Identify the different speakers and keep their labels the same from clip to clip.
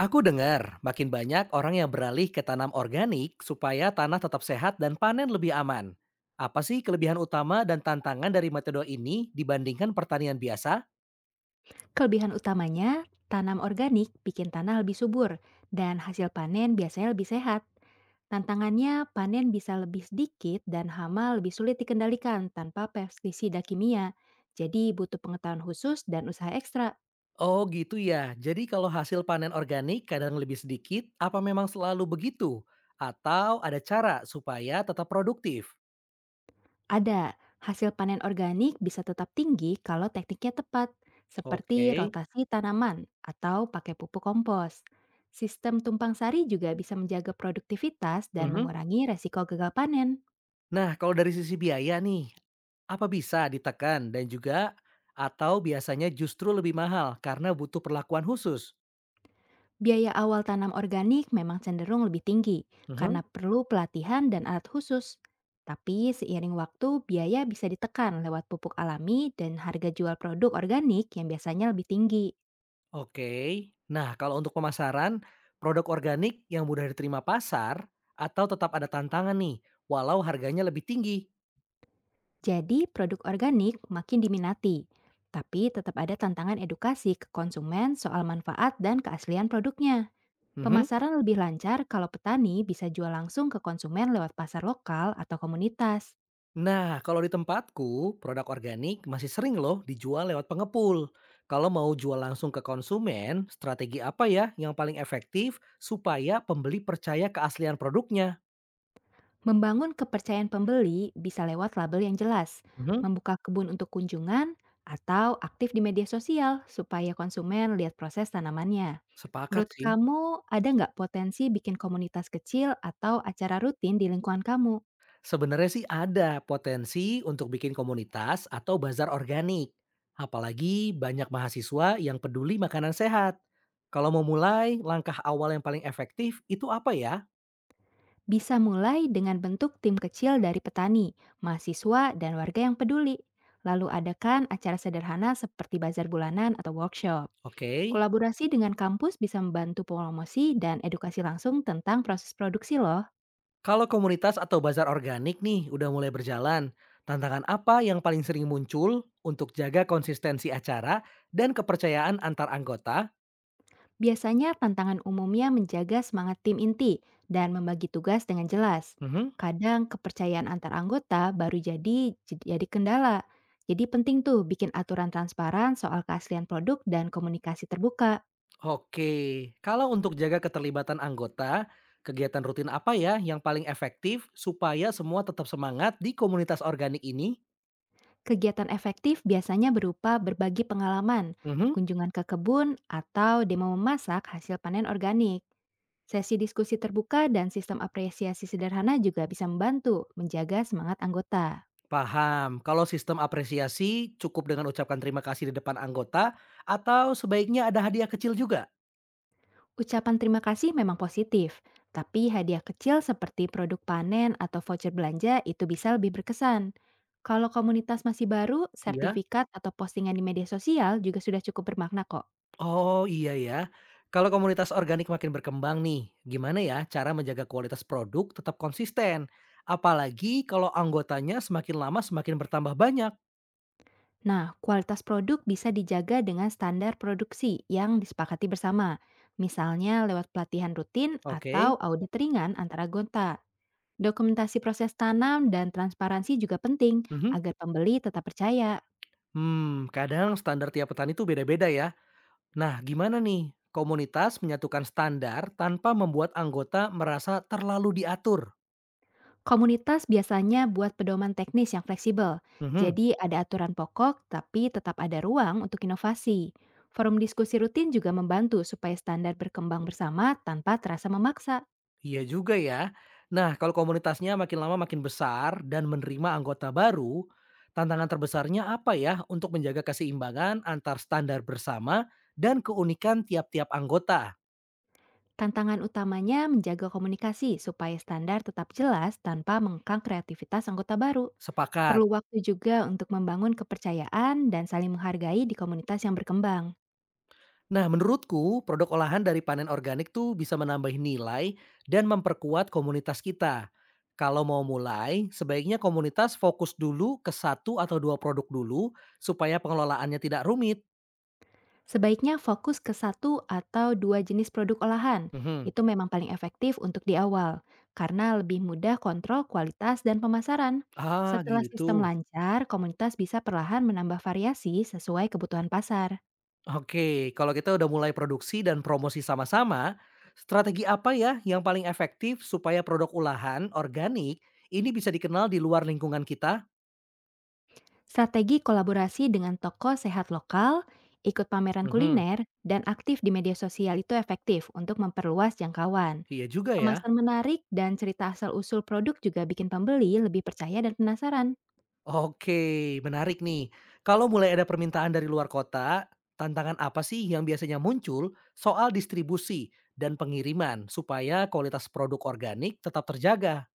Speaker 1: Aku dengar makin banyak orang yang beralih ke tanam organik supaya tanah tetap sehat dan panen lebih aman. Apa sih kelebihan utama dan tantangan dari metode ini dibandingkan pertanian biasa?
Speaker 2: Kelebihan utamanya, tanam organik bikin tanah lebih subur dan hasil panen biasanya lebih sehat. Tantangannya, panen bisa lebih sedikit dan hama lebih sulit dikendalikan tanpa pestisida kimia. Jadi butuh pengetahuan khusus dan usaha ekstra.
Speaker 1: Oh gitu ya, jadi kalau hasil panen organik kadang lebih sedikit, apa memang selalu begitu? Atau ada cara supaya tetap produktif?
Speaker 2: Ada, hasil panen organik bisa tetap tinggi kalau tekniknya tepat, seperti
Speaker 1: Oke.
Speaker 2: rotasi tanaman atau pakai pupuk kompos. Sistem tumpang sari juga bisa menjaga produktivitas dan
Speaker 1: Mhm.
Speaker 2: mengurangi resiko gagal panen.
Speaker 1: Nah, kalau dari sisi biaya nih, apa bisa ditekan dan juga atau biasanya justru lebih mahal karena butuh perlakuan khusus?
Speaker 2: Biaya awal tanam organik memang cenderung lebih tinggi
Speaker 1: Mhm.
Speaker 2: karena perlu pelatihan dan alat khusus. Tapi seiring waktu, biaya bisa ditekan lewat pupuk alami dan harga jual produk organik yang biasanya lebih tinggi.
Speaker 1: Oke. Nah, kalau untuk pemasaran, produk organik yang mudah diterima pasar atau tetap ada tantangan nih, walau harganya lebih tinggi?
Speaker 2: Jadi produk organik makin diminati. Tapi tetap ada tantangan edukasi ke konsumen soal manfaat dan keaslian produknya.
Speaker 1: Mhm.
Speaker 2: Pemasaran lebih lancar kalau petani bisa jual langsung ke konsumen lewat pasar lokal atau komunitas.
Speaker 1: Nah, kalau di tempatku, produk organik masih sering loh dijual lewat pengepul. Kalau mau jual langsung ke konsumen, strategi apa ya yang paling efektif supaya pembeli percaya keaslian produknya?
Speaker 2: Membangun kepercayaan pembeli bisa lewat label yang jelas,
Speaker 1: Mhm,
Speaker 2: membuka kebun untuk kunjungan, atau aktif di media sosial supaya konsumen lihat proses tanamannya.
Speaker 1: sepakat
Speaker 2: Menurut
Speaker 1: sih.
Speaker 2: kamu, ada nggak potensi bikin komunitas kecil atau acara rutin di lingkungan kamu?
Speaker 1: Sebenarnya sih ada potensi untuk bikin komunitas atau bazar organik. Apalagi banyak mahasiswa yang peduli makanan sehat. Kalau mau mulai, langkah awal yang paling efektif itu apa ya?
Speaker 2: Bisa mulai dengan bentuk tim kecil dari petani, mahasiswa, dan warga yang peduli. Lalu adakan acara sederhana seperti bazar bulanan atau workshop.
Speaker 1: Oke,
Speaker 2: Kolaborasi dengan kampus bisa membantu promosi dan edukasi langsung tentang proses produksi loh.
Speaker 1: kalau komunitas atau bazar organik nih udah mulai berjalan, tantangan apa yang paling sering muncul untuk jaga konsistensi acara dan kepercayaan antar anggota?
Speaker 2: Biasanya tantangan umumnya menjaga semangat tim inti dan membagi tugas dengan jelas.
Speaker 1: Mhm.
Speaker 2: Kadang kepercayaan antar anggota baru jadi kendala. Jadi penting tuh bikin aturan transparan soal keaslian produk dan komunikasi terbuka.
Speaker 1: Oke, kalau untuk jaga keterlibatan anggota, kegiatan rutin apa ya yang paling efektif supaya semua tetap semangat di komunitas organik ini?
Speaker 2: Kegiatan efektif biasanya berupa berbagi pengalaman,
Speaker 1: Mhm,
Speaker 2: kunjungan ke kebun, atau demo memasak hasil panen organik. Sesi diskusi terbuka dan sistem apresiasi sederhana juga bisa membantu menjaga semangat anggota.
Speaker 1: paham. Kalau sistem apresiasi cukup dengan ucapkan terima kasih di depan anggota atau sebaiknya ada hadiah kecil juga?
Speaker 2: Ucapan terima kasih memang positif, tapi hadiah kecil seperti produk panen atau voucher belanja itu bisa lebih berkesan. Kalau komunitas masih baru,
Speaker 1: Iya.
Speaker 2: sertifikat atau postingan di media sosial juga sudah cukup bermakna kok.
Speaker 1: Oh, iya ya. Kalau komunitas organik makin berkembang nih, gimana ya cara menjaga kualitas produk tetap konsisten? Apalagi kalau anggotanya semakin lama semakin bertambah banyak.
Speaker 2: Nah, kualitas produk bisa dijaga dengan standar produksi yang disepakati bersama, misalnya lewat pelatihan rutin
Speaker 1: Oke.
Speaker 2: atau audit ringan antara gonta. Dokumentasi proses tanam dan transparansi juga penting
Speaker 1: Mhm.
Speaker 2: agar pembeli tetap percaya.
Speaker 1: Hmm, kadang standar tiap petani itu beda-beda ya. Nah, gimana nih komunitas menyatukan standar tanpa membuat anggota merasa terlalu diatur?
Speaker 2: Komunitas biasanya buat pedoman teknis yang fleksibel,
Speaker 1: Mhm,
Speaker 2: jadi ada aturan pokok tapi tetap ada ruang untuk inovasi. Forum diskusi rutin juga membantu supaya standar berkembang bersama tanpa terasa memaksa.
Speaker 1: iya juga ya. Nah, kalau komunitasnya makin lama makin besar dan menerima anggota baru, tantangan terbesarnya apa ya untuk menjaga keseimbangan antar standar bersama dan keunikan tiap-tiap anggota?
Speaker 2: Tantangan utamanya menjaga komunikasi supaya standar tetap jelas tanpa mengekang kreativitas anggota baru.
Speaker 1: Sepakat.
Speaker 2: Perlu waktu juga untuk membangun kepercayaan dan saling menghargai di komunitas yang berkembang.
Speaker 1: Nah, menurutku produk olahan dari panen organik tuh bisa menambah nilai dan memperkuat komunitas kita. Kalau mau mulai, sebaiknya komunitas fokus dulu ke satu atau dua produk dulu supaya pengelolaannya tidak rumit.
Speaker 2: Sebaiknya fokus ke satu atau dua jenis produk olahan.
Speaker 1: Mhm.
Speaker 2: Itu memang paling efektif untuk di awal, karena lebih mudah kontrol kualitas dan pemasaran.
Speaker 1: Ah,
Speaker 2: Setelah
Speaker 1: gitu.
Speaker 2: sistem lancar, komunitas bisa perlahan menambah variasi sesuai kebutuhan pasar.
Speaker 1: Oke, kalau kita udah mulai produksi dan promosi sama-sama, strategi apa ya yang paling efektif supaya produk olahan organik ini bisa dikenal di luar lingkungan kita?
Speaker 2: Strategi kolaborasi dengan toko sehat lokal, ikut pameran
Speaker 1: Mhm.
Speaker 2: kuliner, dan aktif di media sosial itu efektif untuk memperluas jangkauan.
Speaker 1: Iya juga ya.
Speaker 2: Kemasan menarik dan cerita asal-usul produk juga bikin pembeli lebih percaya dan penasaran.
Speaker 1: Oke, menarik nih. Kalau mulai ada permintaan dari luar kota, tantangan apa sih yang biasanya muncul soal distribusi dan pengiriman supaya kualitas produk organik tetap terjaga?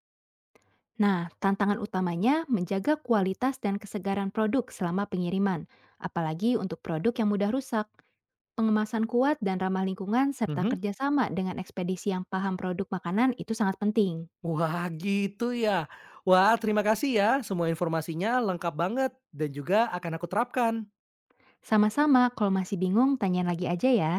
Speaker 2: Nah, tantangan utamanya menjaga kualitas dan kesegaran produk selama pengiriman, apalagi untuk produk yang mudah rusak, pengemasan kuat dan ramah lingkungan, serta
Speaker 1: Mhm.
Speaker 2: kerjasama dengan ekspedisi yang paham produk makanan itu sangat penting.
Speaker 1: Wah, gitu ya. Wah, terima kasih ya. Semua informasinya lengkap banget dan juga akan aku terapkan.
Speaker 2: Sama-sama, kalau masih bingung, tanya lagi aja ya.